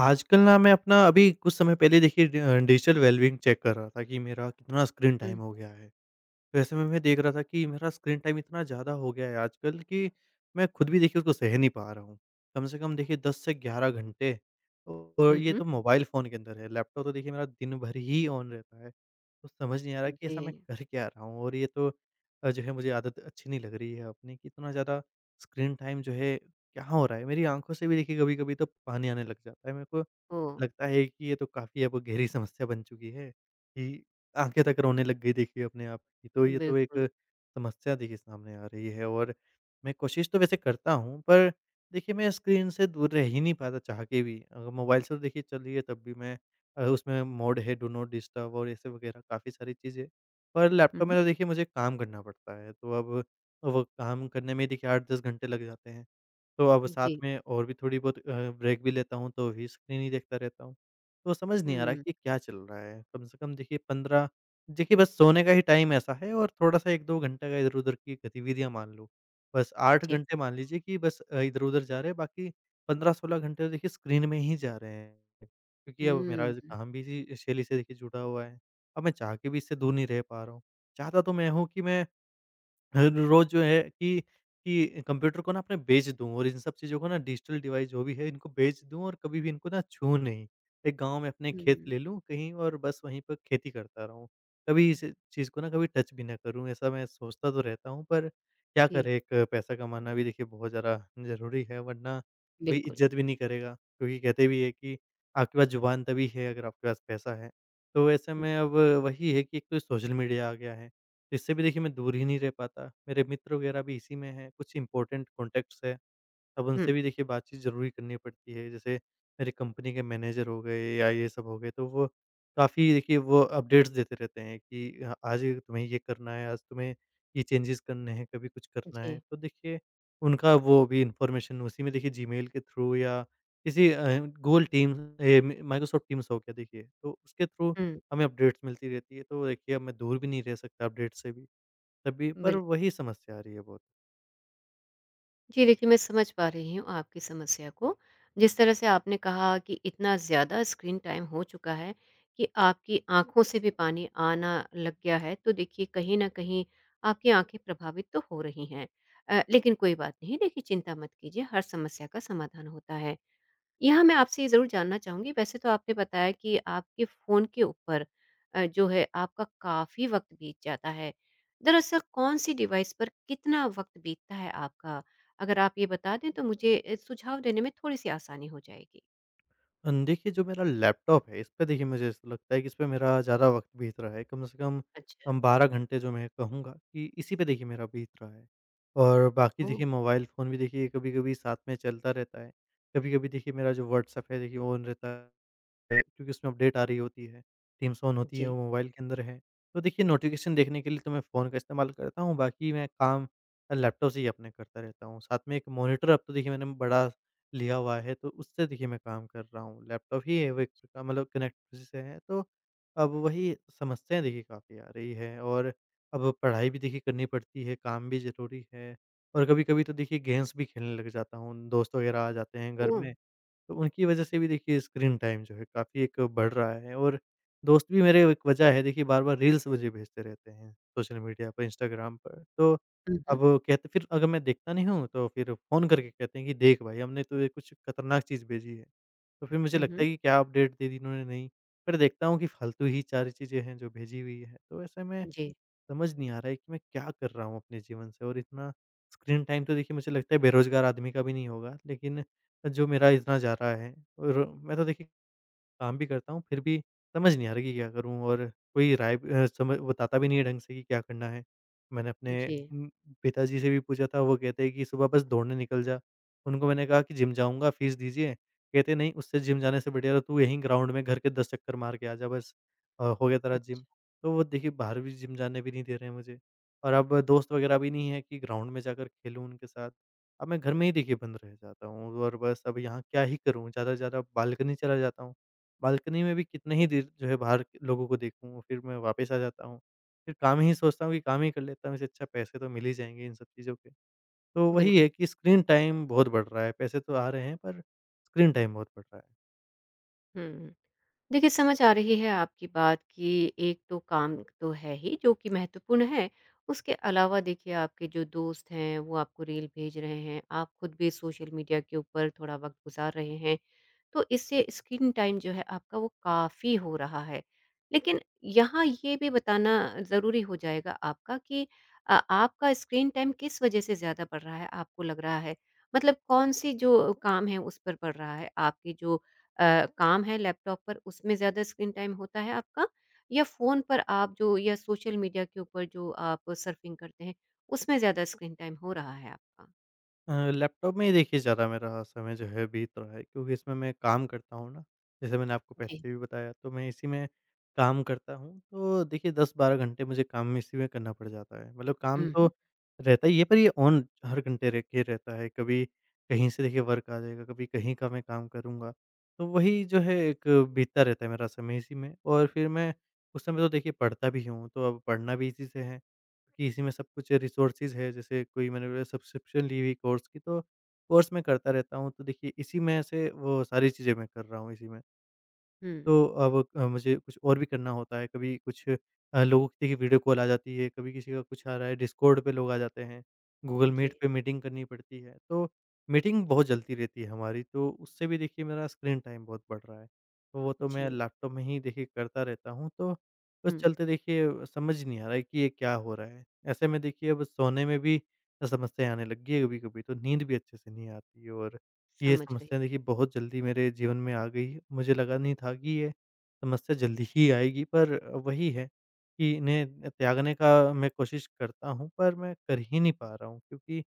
आजकल ना मैं अपना अभी कुछ समय पहले देखिए डिजिटल वेलबीइंग चेक कर रहा था कि मेरा कितना स्क्रीन हुँ, टाइम हो गया है। तो ऐसे में मैं देख रहा था कि मेरा स्क्रीन टाइम इतना ज़्यादा हो गया है आजकल, कि मैं खुद भी देखिए उसको सह नहीं पा रहा हूँ। कम से कम देखिए 10 से 11 घंटे। और हुँ, ये हुँ। तो मोबाइल फ़ोन के अंदर है, लैपटॉप तो देखिए मेरा दिन भर ही ऑन रहता है। तो समझ नहीं आ रहा कि ऐसा मैं जी, कर क्या रहा हूँ, और ये तो जो है, मुझे आदत अच्छी नहीं लग रही है अपनी कि इतना ज़्यादा स्क्रीन टाइम जो है, क्या हो रहा है? मेरी आँखों से भी देखिए कभी-कभी तो पानी आने लग जाता है मेरे को। ओह! लगता है कि ये तो काफ़ी अब गहरी समस्या बन चुकी है, कि आँखें तक रोने लग गई देखिए अपने आप की। तो ये तो बिल्कुल। एक समस्या देखिए सामने आ रही है, और मैं कोशिश तो वैसे करता हूँ, पर देखिए मैं स्क्रीन से दूर रह ही नहीं पाता चाह के भी। अगर मोबाइल से तो देखिए चल रही है, तब भी मैं उसमें मोड है डू नॉट डिस्टर्ब और ऐसे वगैरह काफ़ी सारी चीज़ें। पर लैपटॉप हुँ, में तो देखिए मुझे काम करना पड़ता है, तो अब वो काम करने में देखिए 8-10 घंटे लग जाते हैं। तो अब साथ जी, में और भी थोड़ी बहुत ब्रेक भी लेता हूँ, तो भी स्क्रीन ही देखता रहता हूँ। तो समझ नहीं आ रहा हुँ, कि क्या चल रहा है? कम से कम देखिए 15। देखिए बस सोने का ही टाइम ऐसा है और थोड़ा-सा 1-2 घंटे का इधर-उधर की गतिविधियाँ मान लो। बस 8 जी, घंटे मान लीजिए कि बस इधर-उधर जा रहे हैं, बाकी 15-16 घंटे तो देखिए स्क्रीन में ही जा रहे हैं। क्योंकि अब मेरा जो हुँ, काम भी इसी शैली से देखिए जुड़ा हुआ है। अब मैं चाह के भी इससे दूर नहीं रह पा रहा हूँ। चाहता तो मैं हूँ कि मैं हर रोज़ जो है कि कंप्यूटर को ना अपने बेच दूँ, और इन सब चीज़ों को ना, डिजिटल डिवाइस जो भी है इनको बेच दूँ, और कभी भी इनको ना छूऊँ नहीं। एक गाँव में अपने खेत हुँ, ले लूँ कहीं, और बस वहीं पर खेती करता रहूँ। कभी इस चीज़ को ना कभी टच भी ना करूँ, ऐसा मैं सोचता तो रहता हूँ, पर क्या जी, करें, एक पैसा कमाना भी देखिए बहुत ज़्यादा ज़रूरी है, वरना कोई बिल्कुल, इज़्ज़त भी नहीं करेगा। क्योंकि कहते भी हैं कि आपके पास ज़ुबान तभी है अगर आपके पास पैसा है। तो ऐसे में अब वही है कि एक तो सोशल मीडिया आ गया है। इससे भी देखिए मैं दूर ही नहीं रह पाता। मेरे मित्र वगैरह भी इसी में हैं, कुछ इम्पोर्टेंट कॉन्टैक्ट्स हैं, अब हुँ, उनसे भी देखिए बातचीत ज़रूरी करनी पड़ती है। जैसे मेरी कंपनी के मैनेजर हो गए या ये सब हो गए, तो वो काफ़ी देखिए, वो अपडेट्स देते रहते हैं कि आज ये तुम्हें ये करना है, आज तुम्हें ये चेंजेज़ करने हैं, कभी कुछ करना है। जी, तो देखिए उनका वो भी इन्फॉर्मेशन उसी में देखिए जीमेल के थ्रू, या किसी गूगल टीम्स, ए, म माइक्रोसॉफ्ट टीम्स हो गया देखिए, तो उसके थ्रू हुँ, हमें अपडेट्स मिलती रहती है। तो देखिए अब मैं दूर भी नहीं रह सकता अपडेट से भी। तभी पर बिल्कुल। वही समस्या आ रही है बहुत। जी, देखिए मैं समझ पा रही हूँ आपकी समस्या को, जिस तरह से आपने कहा कि इतना ज़्यादा स्क्रीन टाइम हो चुका है कि आपकी आँखों से भी पानी आना लग गया है, तो देखिए कहीं न कहीं आपकी आँखें प्रभावित तो हो रही हैं। लेकिन कोई बात नहीं, देखिए चिंता मत कीजिए, हर समस्या का समाधान होता है। यहाँ मैं आपसे ये ज़रूर जानना चाहूँगी, वैसे तो आपने बताया कि आपके फ़ोन के ऊपर जो है आपका काफ़ी वक़्त बीत जाता है। दरअसल कौन-सी डिवाइस पर कितना वक़्त बीतता है आपका? अगर आप ये बता दें तो मुझे सुझाव देने में थोड़ी-सी आसानी हो जाएगी। देखिए जो मेरा लैपटॉप है, इस पे देखिए मुझे ऐसा लगता है कि इस पे मेरा ज़्यादा वक़्त बीत रहा है। कम से कम अच्छा, 12 घंटे जो मैं कहूँगा कि इसी पे देखिए मेरा बीत रहा है। और बाकी ओह! देखिए मोबाइल फ़ोन भी देखिए कभी-कभी साथ में चलता रहता है। कभी-कभी देखिए मेरा जो व्हाट्सएप है देखिए ऑन रहता है, क्योंकि उसमें अपडेट आ रही होती है, थीम सॉन्ग होती है, जी, वो मोबाइल के अंदर है। तो देखिए नोटिफ़िकेशन देखने के लिए तो मैं फ़ोन का इस्तेमाल करता हूँ, बाकी मैं काम लैपटॉप से ही अपने करता रहता हूँ। साथ में एक मॉनिटर अब तो देखिए मैंने बड़ा लिया हुआ है, तो उससे देखिए मैं काम कर रहा हूँ। लैपटॉप ही है वो, एक प्रकार मतलब कनेक्ट उसी से है, तो अब वही समस्याएँ देखिए काफ़ी आ रही है। और अब पढ़ाई भी देखिए करनी पड़ती है, काम भी ज़रूरी है, और कभी-कभी तो देखिए गेम्स भी खेलने लग जाता हूँ। दोस्त वगैरह आ जाते हैं घर ओह! में, तो उनकी वजह से भी देखिए स्क्रीन टाइम जो है काफ़ी एक बढ़ रहा है, और दोस्त भी मेरे एक वजह है देखिए, बार-बार रील्स मुझे भेजते रहते हैं, सोशल मीडिया पर, इंस्टाग्राम पर। तो हुँ, हुँ। अब कहते, फिर अगर मैं देखता नहीं हूँ तो फिर फ़ोन करके कहते हैं कि देख भाई, हमने तुझे कुछ खतरनाक चीज़ भेजी है। तो फिर मुझे हुँ, लगता हुँ। है कि क्या अपडेट दे दी इन्होंने नई, फिर देखता हूँ कि फालतू ही सारी चीज़ें हैं जो भेजी हुई है। तो ऐसे में जी, समझ नहीं आ रहा है कि मैं क्या कर रहा हूँ अपने जीवन से, और इतना स्क्रीन टाइम तो देखिए मुझे लगता है बेरोज़गार आदमी का भी नहीं होगा, लेकिन जो मेरा इतना जा रहा है और मैं तो देखिए काम भी करता हूँ, फिर भी समझ नहीं आ रहा कि क्या करूँ, और कोई राय भी- समझ बताता भी नहीं है ढंग से कि क्या करना है। मैंने अपने जी। उम, पिताजी से भी पूछा था, वो कहते हैं कि सुबह बस दौड़ने निकल जा। उनको मैंने कहा कि जिम जाऊँगा, फ़ीस दीजिए। कहते नहीं, उससे जिम जाने से बढ़िया तो तू यहीं ग्राउंड में घर के 10 चक्कर मार के आ जा, बस हो गया तेरा अच्छा, जिम। तो वो देखिए बाहर भी जिम जाने भी नहीं दे रहे हैं मुझे, और अब दोस्त वगैरह भी नहीं है कि ग्राउंड में जाकर खेलूँ उनके साथ। अब मैं घर में ही देखिए बंद रह जाता हूँ, और बस अब यहाँ क्या ही करूँ? ज़्यादा से ज़्यादा बालकनी चला जाता हूँ। बालकनी में भी कितने ही देर जो है बाहर के लोगों को देखूँ, फिर मैं वापस आ जाता हूँ। फिर काम ही सोचता हूँ कि काम ही कर लेता हूँ, इससे अच्छा पैसे तो मिल ही जाएँगे इन सब चीज़ों के। तो वही बिल्कुल। है कि स्क्रीन टाइम बहुत बढ़ रहा है, पैसे तो आ रहे हैं पर स्क्रीन टाइम बहुत बढ़ रहा है। हुँ। देखिए, समझ आ रही है आपकी बात कि एक तो काम तो है ही जो कि महत्वपूर्ण है, उसके अलावा देखिए आपके जो दोस्त हैं वो आपको रील भेज रहे हैं, आप खुद भी सोशल मीडिया के ऊपर थोड़ा वक़्त गुज़ार रहे हैं। तो इससे स्क्रीन टाइम जो है आपका वो काफ़ी हो रहा है। लेकिन यहाँ ये भी बताना ज़रूरी हो जाएगा आपका कि आपका स्क्रीन टाइम किस वजह से ज़्यादा बढ़ रहा है, आपको लग रहा है? मतलब कौन-से जो काम है उस पर पड़ रहा है? आपके जो काम है लैपटॉप पर उसमें ज़्यादा स्क्रीन टाइम होता है आपका? या फ़ोन पर आप जो या सोशल मीडिया के ऊपर जो आप सर्फिंग करते हैं, उसमें ज़्यादा स्क्रीन टाइम हो रहा है आपका? लैपटॉप में ही देखिए ज़्यादा मेरा समय जो है बीत रहा है, क्योंकि इसमें मैं काम करता हूँ ना, जैसे मैंने आपको जी। पहले भी बताया, तो मैं इसी में काम करता हूँ। तो देखिए 10-12 घंटे मुझे काम में इसी में करना पड़ जाता है। मतलब हुँ, काम हुँ, तो हुँ। रहता ही है, पर ये ऑन हर घंटे रह के रहता है। कभी कहीं से देखिए वर्क आ जाएगा, कभी कहीं का मैं काम करूँगा। तो वही जो है एक, बीतता रहता है मेरा समय इसी में, और फिर मैं उस समय तो देखिए पढ़ता भी हूँ, तो अब पढ़ना भी इसी से है। कि इसी में सब कुछ रिसोर्सेज़ है, जैसे कोई मैंने बोला सब्सक्रिप्शन ली हुई कोर्स की, तो कोर्स मैं करता रहता हूँ। तो देखिए इसी में से वो सारी चीज़ें मैं कर रहा हूँ इसी में। हुँ। तो अब मुझे कुछ और भी करना होता है, कभी कुछ लोगों किसी की वीडियो कॉल आ जाती है, कभी किसी का कुछ आ रहा है, डिस्कॉर्ड पे लोग आ जाते हैं, गूगल जी। मीट पे मीटिंग करनी पड़ती है, तो मीटिंग बहुत जल्दी रहती है हमारी, तो उससे भी देखिए मेरा स्क्रीन टाइम बहुत बढ़ रहा है। तो वो तो मैं जी। लैपटॉप में ही देखिए करता रहता हूँ, तो उस हुँ। चलते देखिए समझ नहीं आ रहा है कि ये क्या हो रहा है? ऐसे में देखिए अब सोने में भी समस्याएँ आने लगी है कभी-कभी, तो नींद भी अच्छे से नहीं आती, और ये समझ रही समस्या देखिए बहुत जल्दी मेरे जीवन में आ गई। मुझे लगा नहीं था कि ये समस्या जल्दी ही आएगी, पर वही है कि इन्हें त्यागने का मैं कोशिश करता हूँ, पर मैं कर ही नहीं पा रहा हूँ, क्योंकि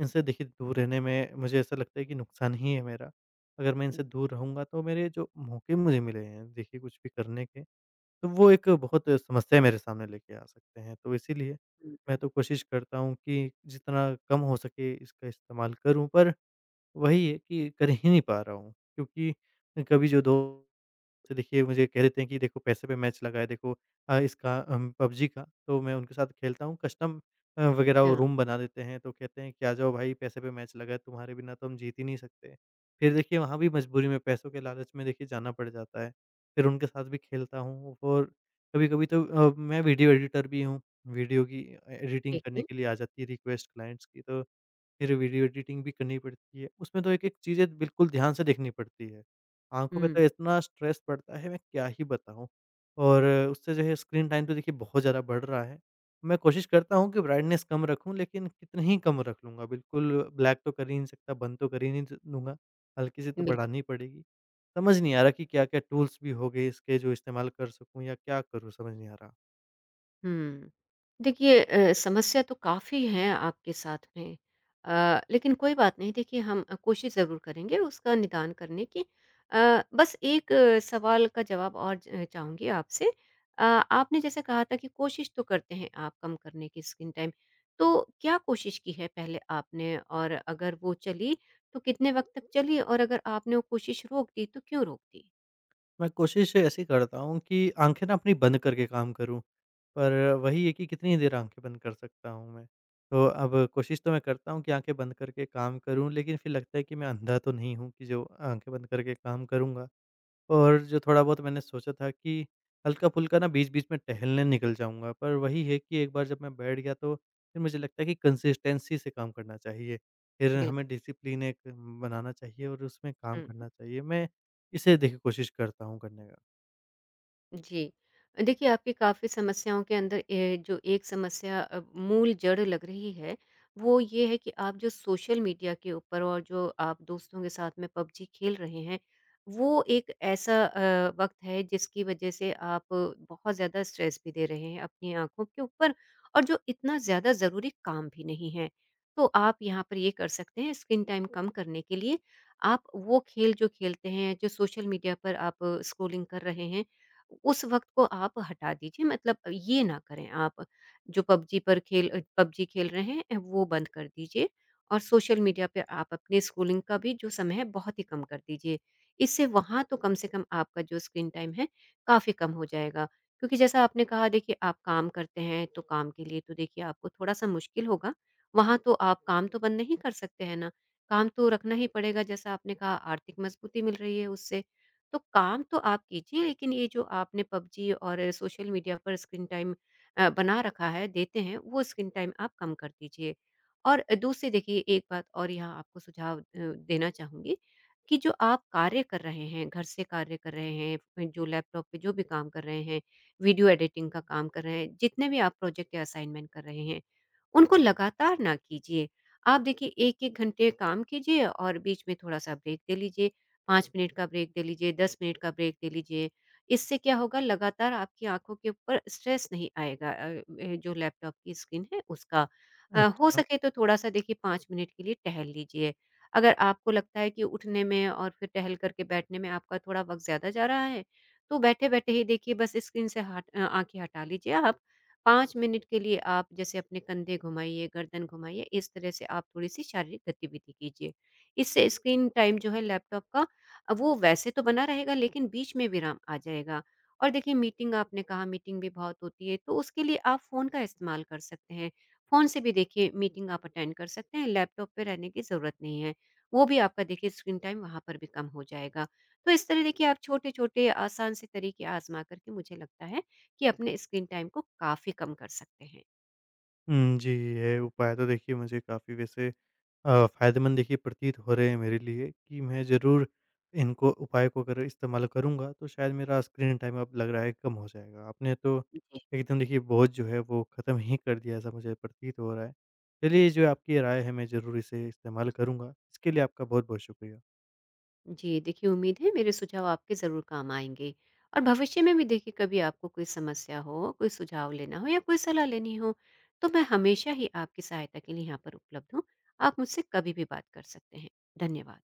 इनसे देखिए दूर रहने में मुझे ऐसा लगता है कि नुकसान ही है मेरा। अगर मैं इनसे हूँ। दूर रहूँगा तो मेरे जो मौके मुझे मिले हैं देखिए कुछ भी करने के, तो वो एक बहुत समस्या मेरे सामने लेके आ सकते हैं। तो इसीलिए मैं बिल्कुल, तो कोशिश करता हूँ कि जितना कम हो सके इसका इस्तेमाल करूँ, पर वही है कि कर ही नहीं पा रहा हूँ, क्योंकि कभी जो दोस्त देखिए मुझे कह देते हैं कि देखो पैसे पे मैच लगा है, देखो इसका, PUBG का, तो मैं उनके साथ खेलता हूँ, कस्टम वगैरह अच्छा, वो रूम बना देते हैं, तो कहते हैं कि आ जाओ भाई, पैसे पे मैच लगा है, तुम्हारे बिना तो हम जीत ही नहीं सकते। फिर देखिए वहाँ भी मजबूरी में पैसों के लालच में देखिए जाना पड़ जाता है। फिर उनके साथ भी खेलता हूँ, और कभी-कभी तो मैं वीडियो एडिटर भी हूँ। वीडियो की एडिटिंग ठीक करने है। के लिए आ जाती है रिक्वेस्ट क्लाइंट्स की, तो फिर वीडियो एडिटिंग भी करनी पड़ती है। उसमें तो एक-एक चीज़ें बिल्कुल ध्यान से देखनी पड़ती है। आँखों पे तो हुँ, इतना स्ट्रेस पड़ता है, मैं क्या ही बताऊँ। और उससे जो है स्क्रीन टाइम तो देखिए बहुत ज़्यादा बढ़ रहा है। मैं कोशिश करता हूँ कि ब्राइटनेस कम रखूँ, लेकिन कितनी ही कम रख लूँगा, बिल्कुल ब्लैक तो कर ही नहीं सकता, बंद तो कर ही नहीं द दूँगा, हल्की सी तो बिल्कुल। बढ़ानी ही पड़ेगी। समझ नहीं आ रहा कि क्या-क्या टूल्स भी हो गए इसके जो इस्तेमाल कर सकूँ, या क्या करूँ समझ नहीं आ रहा। हुँ। देखिए समस्या तो काफ़ी है आपके साथ में, लेकिन कोई बात नहीं देखिए हम कोशिश ज़रूर करेंगे उसका निदान करने की। अ, बस एक सवाल का जवाब और ज चाहूँगी आपसे। आपने जैसे कहा था कि कोशिश तो करते हैं आप कम करने की स्क्रीन टाइम, तो क्या कोशिश की है पहले आपने? और अगर वो चली, तो कितने वक़्त तक चली और अगर आपने वो कोशिश रोक दी, तो क्यों रोक दी? मैं कोशिश ऐसी करता हूँ कि आँखें ना अपनी बंद करके काम करूँ, पर वही है कि कितनी देर आँखें बंद कर सकता हूँ मैं। तो अब कोशिश तो मैं करता हूँ कि आँखें बंद करके काम करूँ, लेकिन फिर लगता है कि मैं अंधा तो नहीं हूँ कि जो आँखें बंद करके काम करूँगा। और जो थोड़ा-बहुत मैंने सोचा था कि हल्का-फुल्का ना बीच-बीच में टहलने निकल जाऊँगा, पर वही है कि एक बार जब मैं बैठ गया तो फिर मुझे लगता है कि कंसिस्टेंसी से काम करना चाहिए। फिर हमें बिल्कुल। डिसिप्लिन एक बनाना चाहिए और उसमें काम हुँ, करना चाहिए। मैं इसे देखिए कोशिश करता हूँ करने का। जी। देखिए, आपकी काफ़ी समस्याओं के अंदर जो एक समस्या मूल जड़ लग रही है, वो ये है कि आप जो सोशल मीडिया के ऊपर और जो आप दोस्तों के साथ में पबजी खेल रहे हैं, वो एक ऐसा वक़्त है जिसकी वजह से आप बहुत ज़्यादा स्ट्रेस भी दे रहे हैं अपनी आँखों के ऊपर और जो इतना ज़्यादा ज़रूरी काम भी नहीं है। तो आप यहाँ पर ये कर सकते हैं स्क्रीन टाइम कम करने के लिए, आप वो खेल जो खेलते हैं, जो सोशल मीडिया पर आप स्क्रॉलिंग कर रहे हैं, उस वक़्त को आप हटा दीजिए मतलब ये ना करें आप, जो पबजी पर पबजी खेल रहे हैं वो बंद कर दीजिए और सोशल मीडिया पे आप अपने स्क्रोलिंग का भी जो समय है बहुत ही कम कर दीजिए। इससे वहाँ तो कम से कम आपका जो स्क्रीन टाइम है काफ़ी कम हो जाएगा। क्योंकि जैसा आपने कहा देखिए आप काम करते हैं तो काम के लिए तो देखिए आपको थोड़ा-सा मुश्किल होगा। वहाँ तो आप काम तो बंद नहीं कर सकते हैं ना, काम तो रखना ही पड़ेगा जैसा आपने कहा आर्थिक मजबूती मिल रही है उससे। तो काम तो आप कीजिए लेकिन ये जो आपने पबजी और सोशल मीडिया पर स्क्रीन टाइम बना रखा है, देते हैं, वो स्क्रीन टाइम आप कम कर दीजिए। और दूसरी देखिए एक बात और यहाँ आपको सुझाव देना चाहूँगी कि जो आप कार्य कर रहे हैं, घर से कार्य कर रहे हैं, जो लैपटॉप पे जो भी काम कर रहे हैं, वीडियो एडिटिंग का काम कर रहे हैं, जितने भी आप प्रोजेक्ट या असाइनमेंट कर रहे हैं, उनको लगातार ना कीजिए। आप देखिए 1-1 घंटे काम कीजिए और बीच में थोड़ा-सा ब्रेक ले लीजिए। 5 मिनट का ब्रेक दे लीजिए, 10 मिनट का ब्रेक दे लीजिए। इससे क्या होगा लगातार आपकी आँखों के ऊपर स्ट्रेस नहीं आएगा, जो लैपटॉप की स्क्रीन है उसका। हो अच्छा। सके तो थोड़ा-सा देखिए 5 मिनट के लिए टहल लीजिए। अगर आपको लगता है कि उठने में और फिर टहल करके बैठने में आपका थोड़ा वक़्त ज़्यादा जा रहा है, तो बैठे-बैठे ही देखिए बस स्क्रीन से आँखें हटा लीजिए आप। 5 मिनट के लिए आप जैसे अपने कंधे घुमाइए, गर्दन घुमाइए, इस तरह से आप थोड़ी-सी शारीरिक गतिविधि कीजिए। इससे स्क्रीन टाइम जो है लैपटॉप का अब वो वैसे तो बना रहेगा लेकिन बीच में विराम आ जाएगा और देखिए मीटिंग आपने कहा मीटिंग भी बहुत होती है तो उसके लिए आप फ़ोन का इस्तेमाल कर सकते हैं। फ़ोन से भी देखिए मीटिंग आप अटेंड कर सकते हैं, लैपटॉप पे रहने की ज़रूरत नहीं है। वो भी आपका देखिए स्क्रीन टाइम वहाँ पर भी कम हो जाएगा। तो इस तरह देखिए आप छोटे-छोटे आसान से तरीके आज़मा कर के मुझे लगता है कि अपने स्क्रीन टाइम को काफ़ी कम कर सकते हैं। हुँ, जी, ये उपाय तो देखिए मुझे काफ़ी वैसे फ़ायदेमंद देखिए प्रतीत हो रहे हैं मेरे लिए, कि मैं ज़रूर इनको उपाय को अगर इस्तेमाल करूँगा तो शायद मेरा स्क्रीन टाइम अब लग रहा है कम हो जाएगा। आपने तो जी। एकदम देखिए बोझ जो है वो ख़त्म ही कर दिया, ऐसा मुझे प्रतीत हो रहा है। चलिए, जो आपकी राय है मैं ज़रूर इसे इस्तेमाल करूँगा। इसके लिए आपका बहुत-बहुत शुक्रिया। जी, देखिए उम्मीद है मेरे सुझाव आपके ज़रूर काम आएँगे। और भविष्य में भी देखिए कभी आपको कोई समस्या हो, कोई सुझाव लेना हो या कोई सलाह लेनी हो, तो मैं हमेशा ही आपकी सहायता के लिए यहाँ पर उपलब्ध हूँ। आप मुझसे कभी भी बात कर सकते हैं। धन्यवाद।